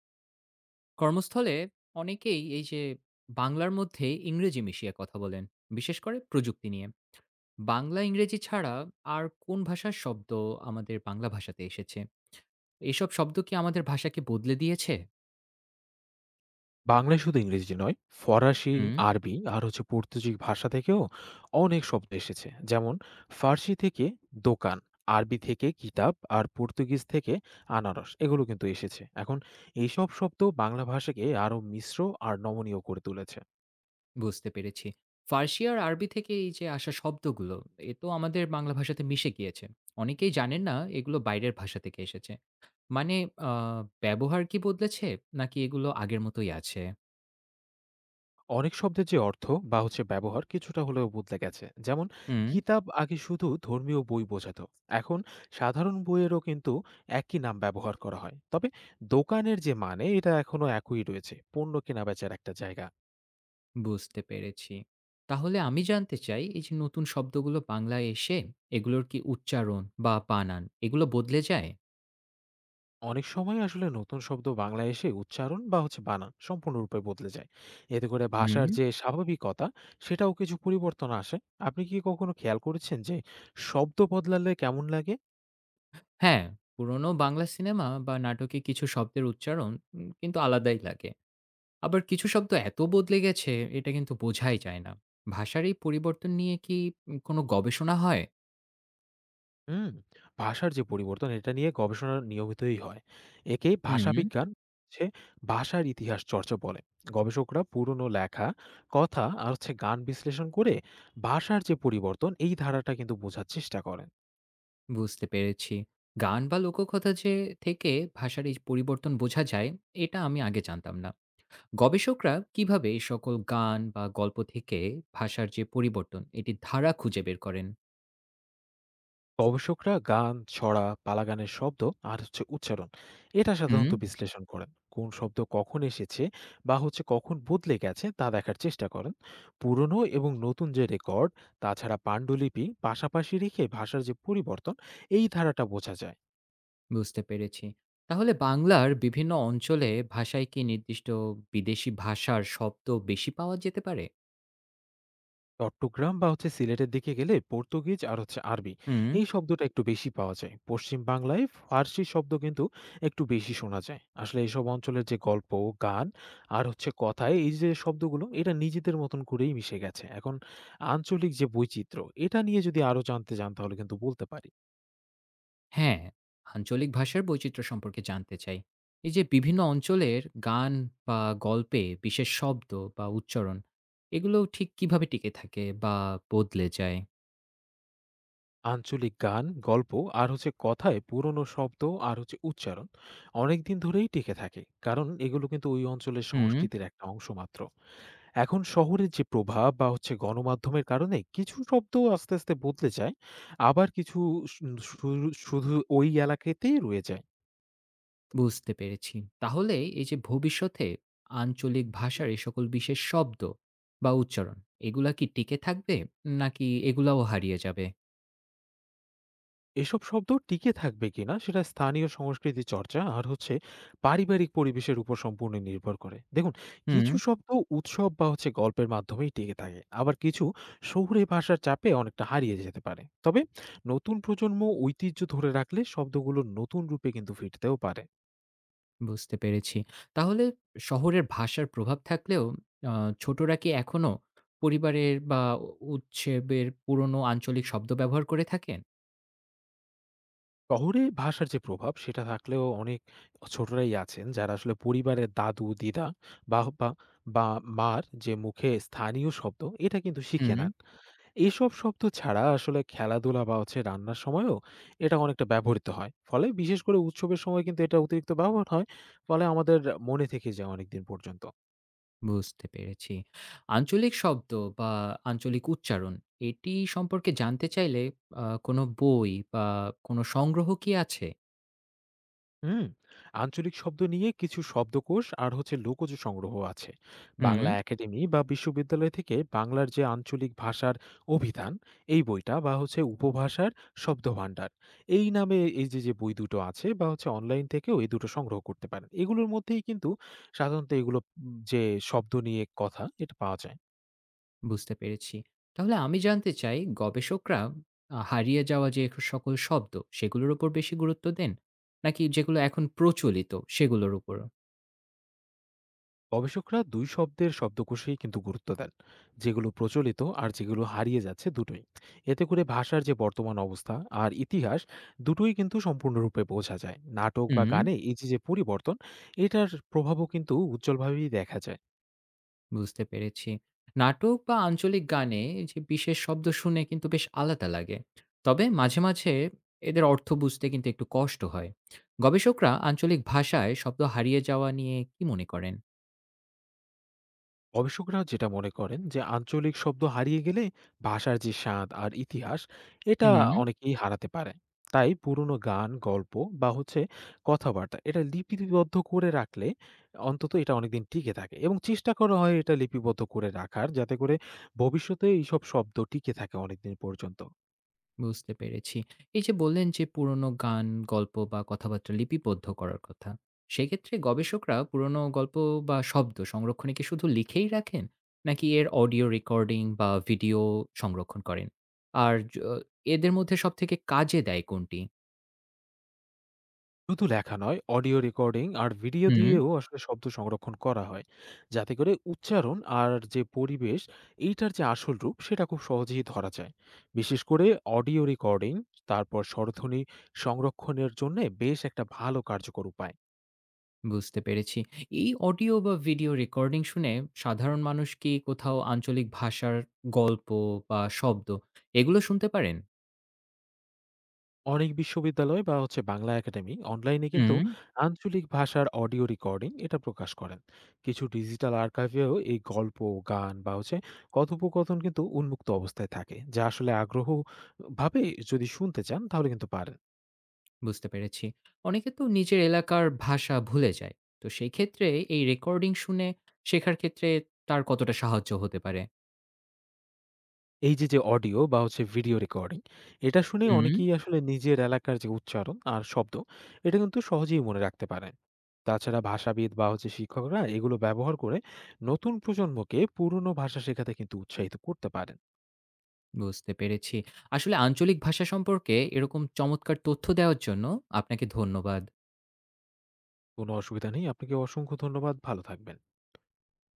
কর্মস্থলে অনেকেই এই যে বাংলার মধ্যে ইংরেজি মিশিয়ে কথা বলেন, বিশেষ করে প্রযুক্তি নিয়ে। বাংলা ইংরেজি ছাড়া আর কোন ভাষার শব্দ আমাদের বাংলা ভাষাতে এসেছে? এসব শব্দ কি আমাদের ভাষাকে বদলে দিয়েছে? বাংলায় শুধু ইংরেজি নয়, ফরাসি, হুম, আরবি আর পর্তুগিজ ভাষা থেকেও অনেক শব্দ এসেছে। যেমন ফার্সি থেকে দোকান, আরবি থেকে কিতাব, আর পর্তুগিজ থেকে আনারস এগুলো কিন্তু এসেছে। এখন এইসব শব্দ বাংলা ভাষাকে আরো মিশ্র আর নমনীয় করে তুলেছে। বুঝতে পেরেছি। ফার্সি আর আরবি থেকে এই যে আসা শব্দগুলো, এ তো আমাদের বাংলা ভাষাতে মিশে গিয়েছে। অনেকেই জানেন না এগুলো বাইরের ভাষা থেকে এসেছে। মানে ব্যবহার কি বদলেছে, নাকি এগুলো আগের মতোই আছে? অনেক শব্দের যে অর্থ বা ব্যবহার কিছুটা হলেও বদলে গেছে। যেমন হুম, কিতাব আগে শুধু ধর্মীয় বই বোঝাতো, এখন সাধারণ বইয়েরও কিন্তু একই নাম ব্যবহার করা হয়। তবে দোকানের যে মানে এটা এখনো একই রয়েছে, পণ্য কেনা বেচার একটা জায়গা। বুঝতে পেরেছি। তাহলে আমি জানতে চাই, এই যে নতুন শব্দগুলো বাংলায় এসে এগুলোর কি উচ্চারণ বা বানান এগুলো বদলে যায়? অনেক সময় আসলে নতুন শব্দ বাংলায় এসে উচ্চারণ বা বানান সম্পূর্ণরূপে বদলে যায়। এতে করে হুম। ভাষার যে স্বাভাবিকতা, সেটাও কিছু পরিবর্তন আসে। আপনি কি কখনো খেয়াল করেছেন যে শব্দ বদলালে কেমন লাগে? হ্যাঁ, পুরনো বাংলা সিনেমা বা নাটকে কিছু শব্দের উচ্চারণ কিন্তু আলাদাই লাগে। আবার কিছু শব্দ এত বদলে গেছে, এটা কিন্তু বোঝাই যায় না। ভাষার এই পরিবর্তন নিয়ে কি কোনো গবেষণা হয়? হুম, ভাষার যে পরিবর্তন এটা নিয়ে গবেষণা নিয়মিতই হয়। একেই হুম। ভাষাবিজ্ঞান হচ্ছে ভাষার ইতিহাস চর্চা বলে। গবেষকরা পুরনো লেখা, কথা আর গান বিশ্লেষণ করে ভাষার যে পরিবর্তন এই ধারাটা কিন্তু বোঝার চেষ্টা করেন। বুঝতে পেরেছি। গান বা লোককথা যে থেকে ভাষার এই পরিবর্তন বোঝা যায়, এটা আমি আগে জানতাম না। গবেষকরা কিভাবে এ সকল গান বা গল্প থেকে ভাষার যে পরিবর্তন, এটির ধারা খুঁজে বের করেন? গবেষকরা গান, ছড়া, পালাগানের শব্দ আর উচ্চারণ এটা হুম। সাধারণত বিশ্লেষণ করেন। কোন শব্দ কখন এসেছে বা কখন বদলে গেছে তা দেখার চেষ্টা করেন। পুরনো এবং নতুন যে রেকর্ড, তাছাড়া পাণ্ডুলিপি পাশাপাশি রেখে ভাষার যে পরিবর্তন এই ধারাটা বোঝা যায়। বুঝতে পেরেছি। তাহলে বাংলার বিভিন্ন অঞ্চলে ভাষায় কি নির্দিষ্ট বিদেশি ভাষার শব্দ বেশি পাওয়া যেতে পারে? চট্টগ্রাম বা সিলেটের দিকে গেলে পর্তুগিজ আর আরবি হুম। এই শব্দটা একটু বেশি পাওয়া যায়। পশ্চিম বাংলায় ফার্সি শব্দ কিন্তু একটু বেশি শোনা যায়। আসলে এইসব অঞ্চলের যে গল্প, গান আর কথায় এই যে শব্দগুলো এটা নিজেদের মতন করেই মিশে গেছে। এখন আঞ্চলিক যে বৈচিত্র্য এটা নিয়ে যদি আরো জানতে চান তাহলে কিন্তু বলতে পারি। হ্যাঁ, আঞ্চলিক ভাষার বৈচিত্র্য সম্পর্কে জানতে চাই। এই যে বিভিন্ন অঞ্চলের গান বা গল্পে বিশেষ শব্দ বা উচ্চারণ, এগুলো ঠিক কিভাবে টিকে থাকে বা বদলে যায়? আঞ্চলিক গান, গল্প আর কথায় পুরনো শব্দ আর উচ্চারণ অনেক দিন ধরেই টিকে থাকে, কারণ এগুলো কিন্তু ওই অঞ্চলের হুম। সংস্কৃতির একটা অংশ মাত্র। এখন শহরের যে প্রভাব বা গণমাধ্যমের কারণে কিছু শব্দ আস্তে, আস্তে বদলে যায়। আবার কিছু শু শুরু শুধু ওই এলাকাতেই রয়ে যায়। বুঝতে পেরেছি। তাহলে এই যে ভবিষ্যতে আঞ্চলিক ভাষার এই সকল বিশেষ শব্দ বা উচ্চারণ, এগুলা কি টিকে থাকবে? নাকি এগুলাও হারিয়ে যাবে? এসব শব্দ টিকে থাকবে কিনা সেটা স্থানীয় সংস্কৃতি চর্চা আর পারিবারিক পরিবেশের উপর সম্পূর্ণ নির্ভর করে। দেখুন, হুম। কিছু শব্দ উৎসব বা গল্পের মাধ্যমেই টিকে থাকে। আবার কিছু শহুরে ভাষার চাপে অনেকটা হারিয়ে যেতে পারে। তবে নতুন প্রজন্ম ঐতিহ্য ধরে রাখলে শব্দগুলো নতুন রূপে কিন্তু ফিরতেও পারে। বুঝতে পেরেছি। তাহলে শহরের ভাষার প্রভাব থাকলেও আ ছোটরা কি এখনো পরিবারের বা উৎসবের পুরনো আঞ্চলিক শব্দ ব্যবহার করে থাকেন? শহরে ভাষার যে প্রভাব সেটা থাকলেও অনেক ছোটরাই আছেন যারা আসলে পরিবারের দাদু, দিদা বা বা বা মার যে মুখে স্থানীয় শব্দ এটা কিন্তু শিখে হুম। নেন। এসব শব্দ ছাড়া আসলে খেলাধুলা বা রান্নার সময়ও এটা অনেকটা ব্যবহৃত হয়। ফলে বিশেষ করে উৎসবের সময় কিন্তু এটা অতিরিক্ত ব্যবহার হয়, ফলে আমাদের মনে থেকে যায় অনেকদিন পর্যন্ত। বুঝতে পেরেছি। আঞ্চলিক শব্দ বা আঞ্চলিক উচ্চারণ এটি সম্পর্কে জানতে চাইলে কোনো বই বা কোনো সংগ্রহ কি আছে? হুম, আঞ্চলিক শব্দ নিয়ে কিছু শব্দকোষ আর লোকজ সংগ্রহ আছে। হুম, বাংলা একাডেমি বা বিশ্ববিদ্যালয় থেকে বাংলার যে আঞ্চলিক ভাষার অভিধান এই বইটা বা উপভাষার শব্দভাণ্ডার এই নামে এই যে যে বই দুটো আছে, বা অনলাইন থেকেও এই দুটো সংগ্রহ করতে পারেন। এগুলোর মধ্যেই কিন্তু সাধারণত এগুলো যে শব্দ নিয়ে কথা এটা পাওয়া যায়। বুঝতে পেরেছি। তাহলে আমি জানতে চাই গবেষকরা হারিয়ে যাওয়া যে সকল শব্দ সেগুলোর উপর বেশি গুরুত্ব দেন? নাকি যেগুলো এখন প্রচলিত সেগুলোর উপরও? গবেষকরা দুই শব্দের শব্দকোষেই কিন্তু গুরুত্ব দেন, যেগুলো প্রচলিত আর যেগুলো হারিয়ে যাচ্ছে দুটোই। এতে করে ভাষার যে বর্তমান অবস্থা আর ইতিহাস দুটোই কিন্তু সম্পূর্ণরূপে বোঝা যায়। নাটক বা হুম। গানে এই যে যে পরিবর্তন, এটার প্রভাবও কিন্তু উজ্জ্বলভাবেই দেখা যায়। বুঝতে পেরেছি। নাটক বা আঞ্চলিক গানে এই যে বিশেষ শব্দ শুনে কিন্তু বেশ আলাদা লাগে। তবে মাঝে, মাঝে এদের অর্থ বুঝতে কিন্তু একটু কষ্ট হয়। গবেষকরা আঞ্চলিক ভাষায় শব্দ হারিয়ে যাওয়া নিয়ে কি মনে করেন? গবেষকরা যেটা মনে করেন যে আঞ্চলিক শব্দ হারিয়ে গেলে ভাষার যে স্বাদ আর ইতিহাস এটা হুম। অনেকেই হারাতে পারে। তাই পুরনো গান, গল্প বা কথাবার্তা এটা লিপিবদ্ধ করে রাখলে অন্তত এটা অনেকদিন টিকে থাকে, এবং চেষ্টা করা হয় এটা লিপিবদ্ধ করে রাখার, যাতে করে ভবিষ্যতে এইসব শব্দ টিকে থাকে অনেকদিন পর্যন্ত। বুঝতে পেরেছি। এই যে বললেন যে পুরনো গান, গল্প বা কথাবার্তা লিপিবদ্ধ করার কথা। সেক্ষেত্রে গবেষকরা পুরনো গল্প বা শব্দ সংরক্ষণে কি শুধু লিখেই রাখেন? নাকি এর অডিও রেকর্ডিং বা ভিডিও সংরক্ষণ করেন? আর য এদের মধ্যে সবথেকে কাজে দেয় কোনটি? শুধু লেখা নয়, অডিও রেকর্ডিং আর ভিডিও হুম। দিয়েও আসলে শব্দ সংরক্ষণ করা হয়। যাতে করে উচ্চারণ আর যে পরিবেশ, এইটার যে আসল রূপ সেটা খুব সহজেই ধরা যায়। বিশেষ করে অডিও রেকর্ডিং, তারপর স্বরধ্বনি সংরক্ষণের জন্যে বেশ একটা ভালো কার্যকর উপায়। বুঝতে পেরেছি। এই অডিও বা ভিডিও রেকর্ডিং শুনে সাধারণ মানুষ কি কোথাও আঞ্চলিক ভাষার গল্প বা শব্দ এগুলো শুনতে পারেন? অনেক বিশ্ববিদ্যালয় বা বাংলা একাডেমি অনলাইনে কিন্তু হুম। আঞ্চলিক ভাষার অডিও রেকর্ডিং এটা প্রকাশ করেন। কিছু ডিজিটাল আর্কাইভেও এই গল্প, গান বা কথোপকথন কিন্তু উন্মুক্ত অবস্থায় থাকে, যা আসলে আগ্রহ ভাবে যদি শুনতে চান তাহলে কিন্তু পারেন। বুঝতে পেরেছি। অনেকে তো নিজের এলাকার ভাষা ভুলে যায়। তো সেই ক্ষেত্রে এই রেকর্ডিং শুনে শেখার ক্ষেত্রে তার কতটা সাহায্য হতে পারে? এই যে অডিও বা ভিডিও রেকর্ডিং, এটা শুনে হুম। অনেকেই আসলে নিজের এলাকার যে উচ্চারণ আর শব্দ, এটা কিন্তু সহজেই মনে রাখতে পারেন। তাছাড়া ভাষাবিদ বা শিক্ষকরা এগুলো ব্যবহার করে নতুন প্রজন্মকে পুরনো ভাষা শেখাতে কিন্তু উৎসাহিত করতে পারেন। বুঝতে পেরেছি। আসলে আঞ্চলিক ভাষা সম্পর্কে এরকম চমৎকার তথ্য দেওয়ার জন্য আপনাকে ধন্যবাদ। কোনো অসুবিধা নেই। আপনাকে অসংখ্য ধন্যবাদ। ভালো থাকবেন।